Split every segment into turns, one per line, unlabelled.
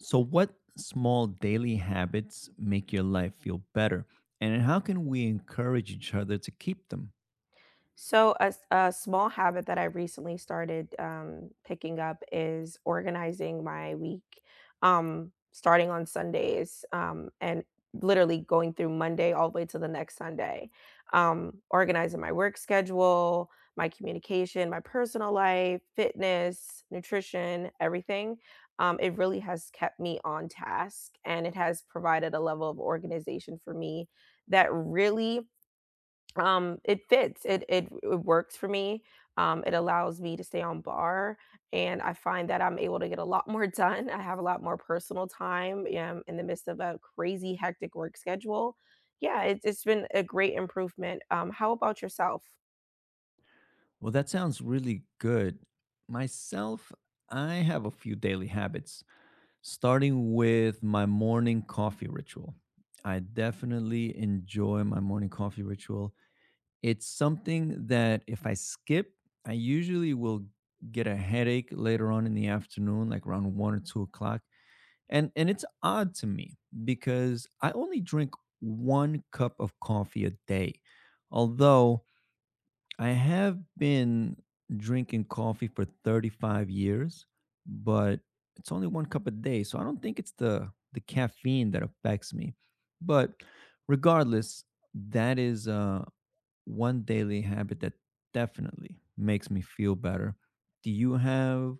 So, what small daily habits make your life feel better? And how can we encourage each other to keep them?
So, a small habit that I recently started picking up is organizing my week, starting on Sundays and literally going through Monday all the way to the next Sunday. Organizing my work schedule, my communication, my personal life, fitness, nutrition, everything. It really has kept me on task, and it has provided a level of organization for me that really it fits. It works for me. It allows me to stay on bar, and I find that I'm able to get a lot more done. I have a lot more personal time in the midst of a crazy hectic work schedule. Yeah, it's been a great improvement. How about yourself?
Well, that sounds really good. Myself, I have a few daily habits, starting with my morning coffee ritual. I definitely enjoy my morning coffee ritual. It's something that if I skip, I usually will get a headache later on in the afternoon, like around 1 or 2 o'clock. And it's odd to me because I only drink 1 cup of coffee a day. Although I have been drinking coffee for 35 years, but it's only 1 cup a day, so I don't think it's the caffeine that affects me. But regardless, that is, 1 daily habit that definitely makes me feel better. Do you have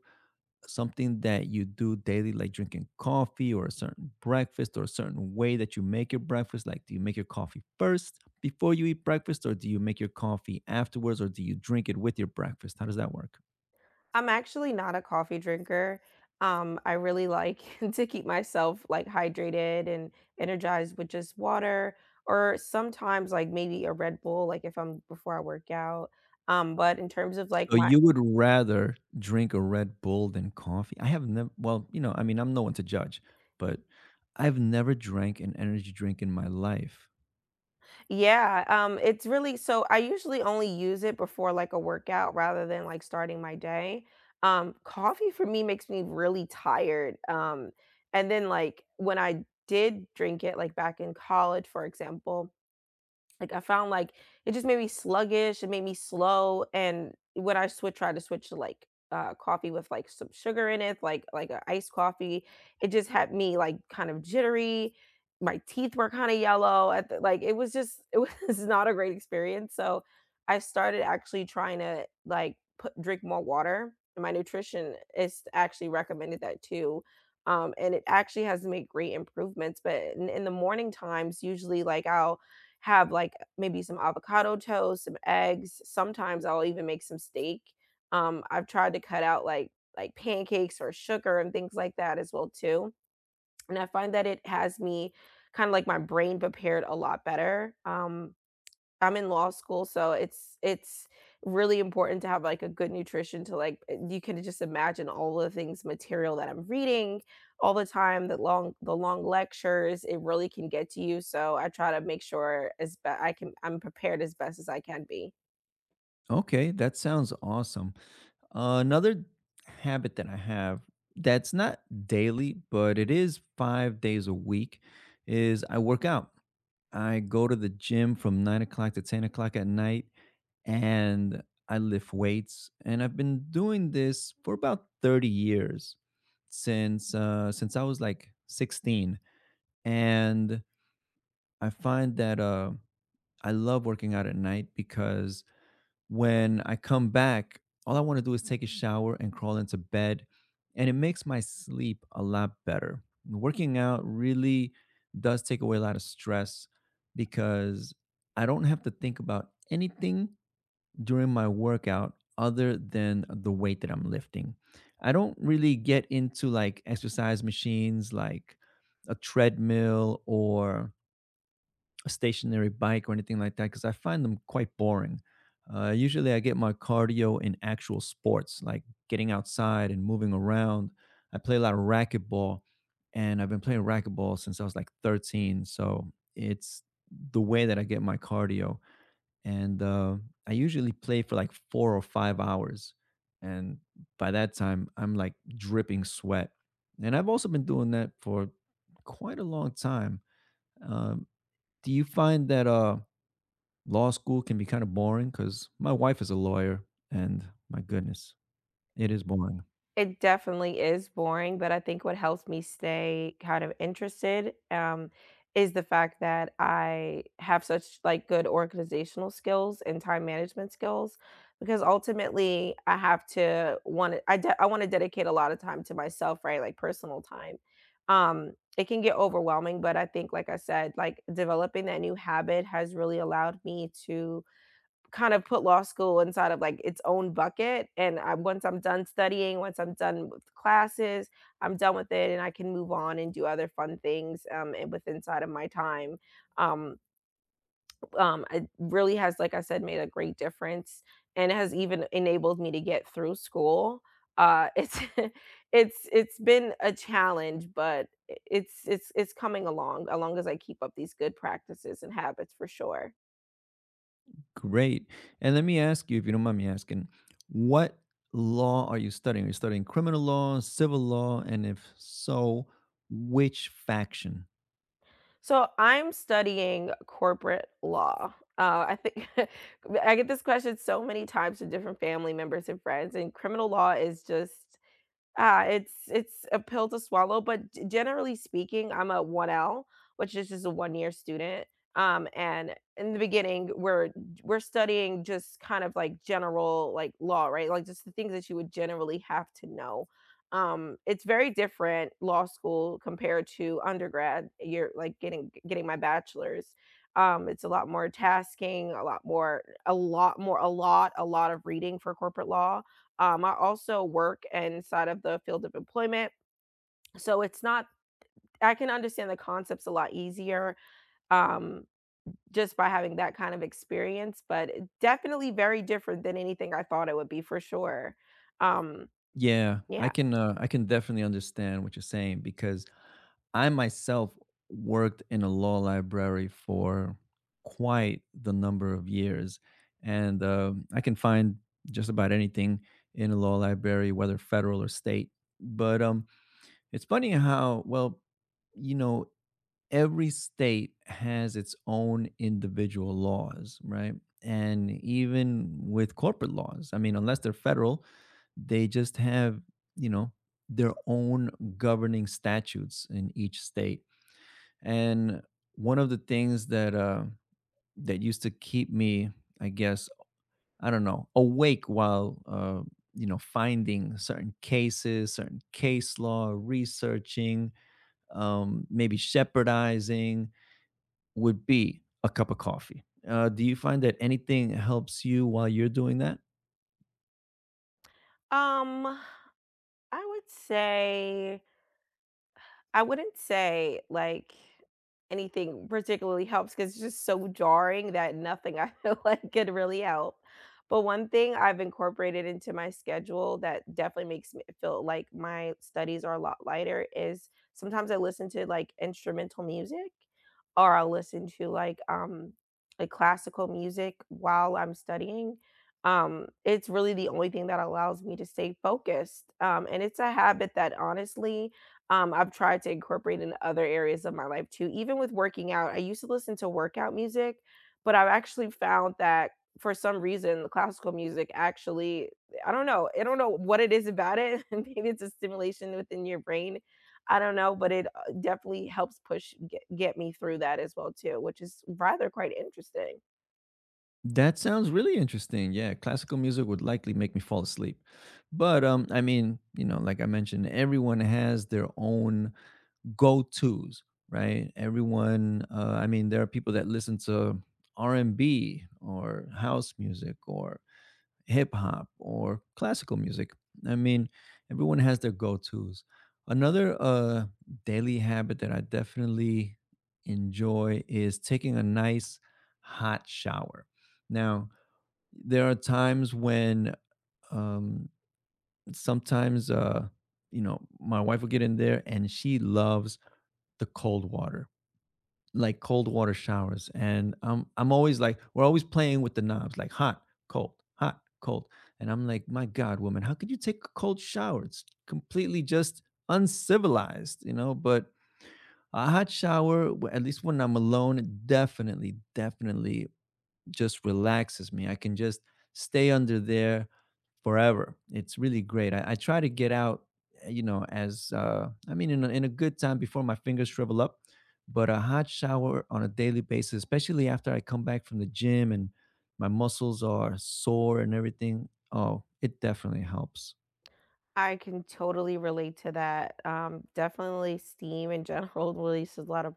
something that you do daily, like drinking coffee or a certain breakfast or a certain way that you make your breakfast? Like, do you make your coffee first before you eat breakfast, or do you make your coffee afterwards, or do you drink it with your breakfast? How does that work?
I'm actually not a coffee drinker. I really like to keep myself like hydrated and energized with just water, or sometimes like maybe a Red Bull, like if I'm before I work out. But in terms of like
So
my,
you would rather drink a Red Bull than coffee? I have never, well, you know, I mean, I'm no one to judge, but I've never drank an energy drink in my life.
Yeah, it's really, so I usually only use it before like a workout rather than like starting my day. Coffee for me makes me really tired. And then like when I did drink it, like back in college, for example, like, I found, like, it just made me sluggish, it made me slow, and when I switch tried to switch to, like, coffee with, like, some sugar in it, like an iced coffee, it just had me, like, kind of jittery, my teeth were kinda yellow at the, like, it was just it was not a great experience. So I started actually trying to, like, put drink more water, and my nutritionist actually recommended that too, and it actually has made great improvements. But in the morning times, usually, like, I'll have like maybe some avocado toast, some eggs. Sometimes I'll even make some steak. I've tried to cut out like pancakes or sugar and things like that as well too. And I find that it has me kind of like my brain prepared a lot better. I'm in law school, so it's really important to have, like, a good nutrition to, like, you can just imagine all the things material that I'm reading all the time, the long lectures. It really can get to you, so I try to make sure as be I can I'm prepared as best as I can be.
Okay, that sounds awesome. Another habit that I have that's not daily, but it is 5 days a week is I work out. I go to the gym from 9 o'clock to 10 o'clock at night and I lift weights. And I've been doing this for about 30 years since I was like 16. And I find that I love working out at night because when I come back, all I want to do is take a shower and crawl into bed, and it makes my sleep a lot better. Working out really does take away a lot of stress because I don't have to think about anything during my workout other than the weight that I'm lifting. I don't really get into like exercise machines like a treadmill or a stationary bike or anything like that because I find them quite boring. Usually, I get my cardio in actual sports, like getting outside and moving around. I play a lot of racquetball, and I've been playing racquetball since I was like 13. So it's the way that I get my cardio. And I usually play for like 4 or 5 hours. And by that time, I'm like dripping sweat. And I've also been doing that for quite a long time. Um, do you find that law school can be kind of boring because my wife is a lawyer and my goodness it is boring?
It definitely is boring, but I think what helps me stay kind of interested, is the fact that I have such, like, good organizational skills and time management skills, because ultimately I have to wanna I de I wanna dedicate a lot of time to myself, right, like, personal time. It can get overwhelming, but I think, like I said, like, developing that new habit has really allowed me to kind of put law school inside of like its own bucket. And Once I'm done studying, once I'm done with classes, I'm done with it, and I can move on and do other fun things, and with inside of my time. Um, um, it really has, like I said, made a great difference, and it has even enabled me to get through school. It's it's been a challenge, but it's coming along as long as I keep up these good practices and habits for sure.
Great. And let me ask you, if you don't mind me asking, what law are you studying? Are you studying criminal law, civil law, and if so, which faction?
So I'm studying corporate law. I think I get this question so many times from different family members and friends, and criminal law is just it's a pill to swallow. But g generally speaking, I'm a 1L, which is just a one-year student, and in the beginning, we're studying just kind of, like, general, like, law, right? Like, just the things that you would generally have to know. It's very different law school compared to undergrad. You're, like, getting my bachelor's. It's a lot more tasking, a lot more, a lot of reading for corporate law. I also work inside of the field of employment, so it's not, I can understand the concepts a lot easier, um, just by having that kind of experience. But it definitely very different than anything I thought it would be for sure. Um,
Yeah,
yeah.
I can definitely understand what you're saying because I myself worked in a law library for quite the number of years, and I can find just about anything in a law library, whether federal or state. But it's funny how, well, you know, every state has its own individual laws, right? And even with corporate laws, I mean, unless they're federal, they just have, you know, their own governing statutes in each state, and one of the things that that used to keep me, I guess, I don't know, awake while, you know, finding certain cases, certain case law, researching, maybe shepherdizing, would be a cup of coffee. Do you find that anything helps you while you're doing that?
Um, I would say, I wouldn't say, like, anything particularly helps, because it's just so jarring that nothing I feel like could really help. But one thing I've incorporated into my schedule that definitely makes me feel like my studies are a lot lighter is sometimes I listen to, like, instrumental music, or I'll listen to, like, classical music while I'm studying. It's really the only thing that allows me to stay focused, and it's a habit that honestly I've tried to incorporate in other areas of my life too. Even with working out, I used to listen to workout music, but I've actually found that for some reason, the classical music actually, I don't know what it is about it. Maybe it's a stimulation within your brain. I don't know, but it definitely helps get me through that as well too, which is rather quite interesting.
That sounds really interesting. Yeah, classical music would likely make me fall asleep. But I mean, you know, like I mentioned, everyone has their own go-tos, right? Everyone I mean, there are people that listen to R&B or house music or hip hop or classical music. I mean, everyone has their go-tos. Another daily habit that I definitely enjoy is taking a nice hot shower. Now, there are times when um, sometimes you know, my wife will get in there and she loves the cold water, like cold water showers, and I'm always like, we're always playing with the knobs, like hot, cold, hot, cold, and I'm like, my god, woman, how could you take a cold shower? It's completely just uncivilized, you know? But a hot shower, at least when I'm alone, it definitely just relaxes me. I can just stay under there forever. It's really great. I try to get out, you know, as I mean, in a good time before my fingers shrivel up, but a hot shower on a daily basis, especially after I come back from the gym and my muscles are sore and everything. Oh, it definitely helps.
I can totally relate to that. Definitely steam in general releases a lot of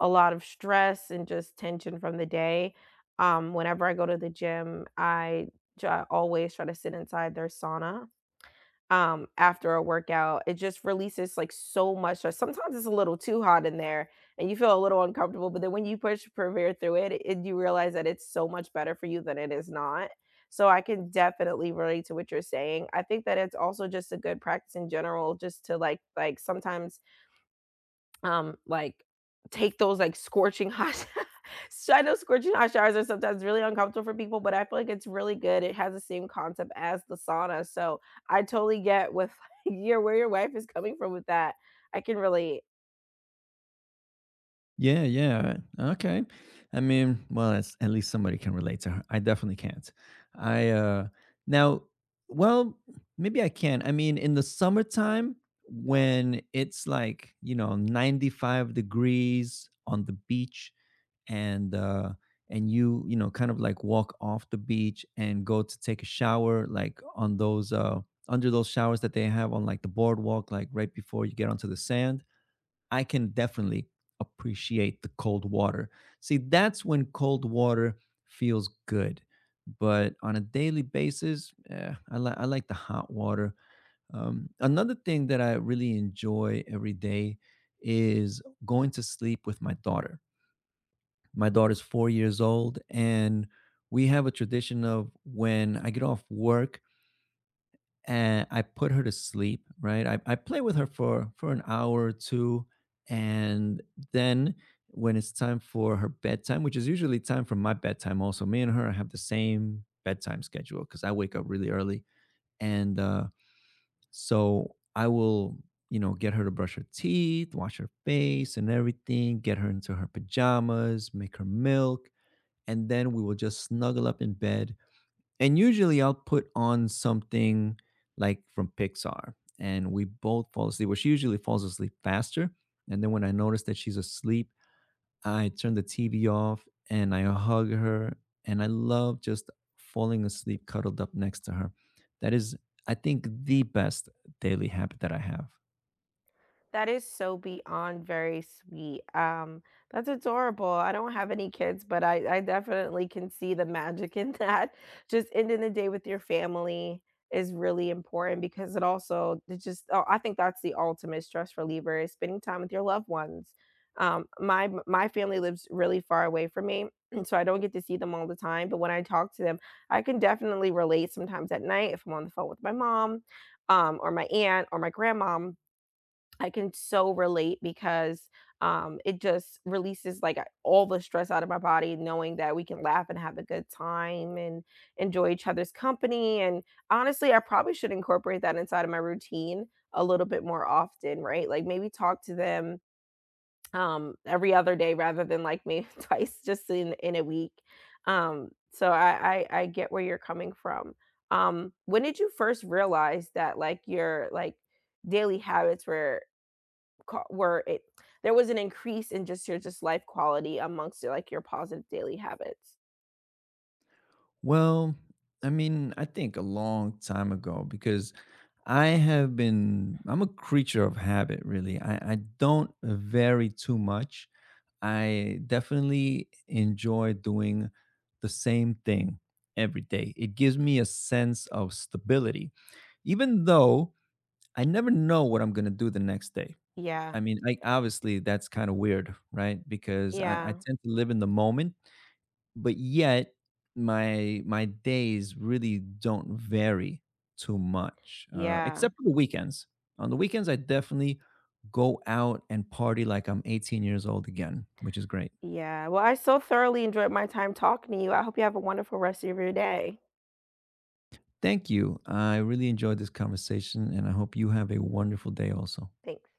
a lot of stress and just tension from the day. Whenever I go to the gym, I always try to sit inside their sauna after a workout. It just releases like so much stress. Sometimes it's a little too hot in there and you feel a little uncomfortable, but then when you push Prevair through it, you realize that it's so much better for you than it is not. So I can definitely relate to what you're saying. I think that it's also just a good practice in general, just to like sometimes um, like, take those, like, scorching hot so I know scorching hot showers are sometimes really uncomfortable for people, but I feel like it's really good. It has the same concept as the sauna, so I totally get with your where your wife is coming from with that. I can relate.
Yeah, yeah. Okay. I mean, well, that's, at least somebody can relate to her. I definitely can't. I now, well, maybe I can. I mean, in the summertime when it's like, you know, 95 degrees on the beach and uh and you know, kind of like walk off the beach and go to take a shower, like on those under those showers that they have on like the boardwalk, like right before you get onto the sand, I can definitely appreciate the cold water. See, that's when cold water feels good. But on a daily basis, I, I like the hot water. Another thing that I really enjoy every day is going to sleep with my daughter. My daughter's 4 years old, and we have a tradition of when I get off work, and I put her to sleep, right? I play with her for an hour or two, and then when it's time for her bedtime, which is usually time for my bedtime, also me and her have the same bedtime schedule because I wake up really early, and so I will, you know, get her to brush her teeth, wash her face, and everything, get her into her pajamas, make her milk, and then we will just snuggle up in bed and usually I'll put on something like from Pixar, and we both fall asleep. Well, she usually falls asleep faster, and then when I notice that she's asleep, I turn the TV off and I hug her, and I love just falling asleep cuddled up next to her. That is, I think, the best daily habit that I have.
That is so beyond very sweet. That's adorable. I don't have any kids, but I definitely can see the magic in that. Just ending the day with your family is really important because it also it just, oh, I think that's the ultimate stress reliever, is spending time with your loved ones. My family lives really far away from me, so I don't get to see them all the time. But when I talk to them, I can definitely relate. Sometimes at night if I'm on the phone with my mom, or my aunt or my grandma, I can so relate, because it just releases like all the stress out of my body, knowing that we can laugh and have a good time and enjoy each other's company. And honestly, I probably should incorporate that inside of my routine a little bit more often, right? Like maybe talk to them every other day rather than like maybe twice just in a week. So I get where you're coming from. When did you first realize that like your like daily habits were ca were it there was an increase in just your just life quality amongst your, like, your positive daily habits?
Well, I mean, I think a long time ago because I have been, I'm a creature of habit, really. I don't vary too much. I definitely enjoy doing the same thing every day. It gives me a sense of stability, even though I never know what I'm going to do the next day.
Yeah,
I mean, like, obviously, that's kind of weird, right? Because I
yeah,
tend to live in the moment, but yet my days really don't vary too much,
yeah,
except for the weekends. On the weekends, I definitely go out and party like I'm 18 years old again, which is great.
yeah. Well, I so thoroughly enjoyed my time talking to you. I hope you have a wonderful rest of your day.
Thank you. I really enjoyed this conversation and I hope you have a wonderful day also.
Thanks.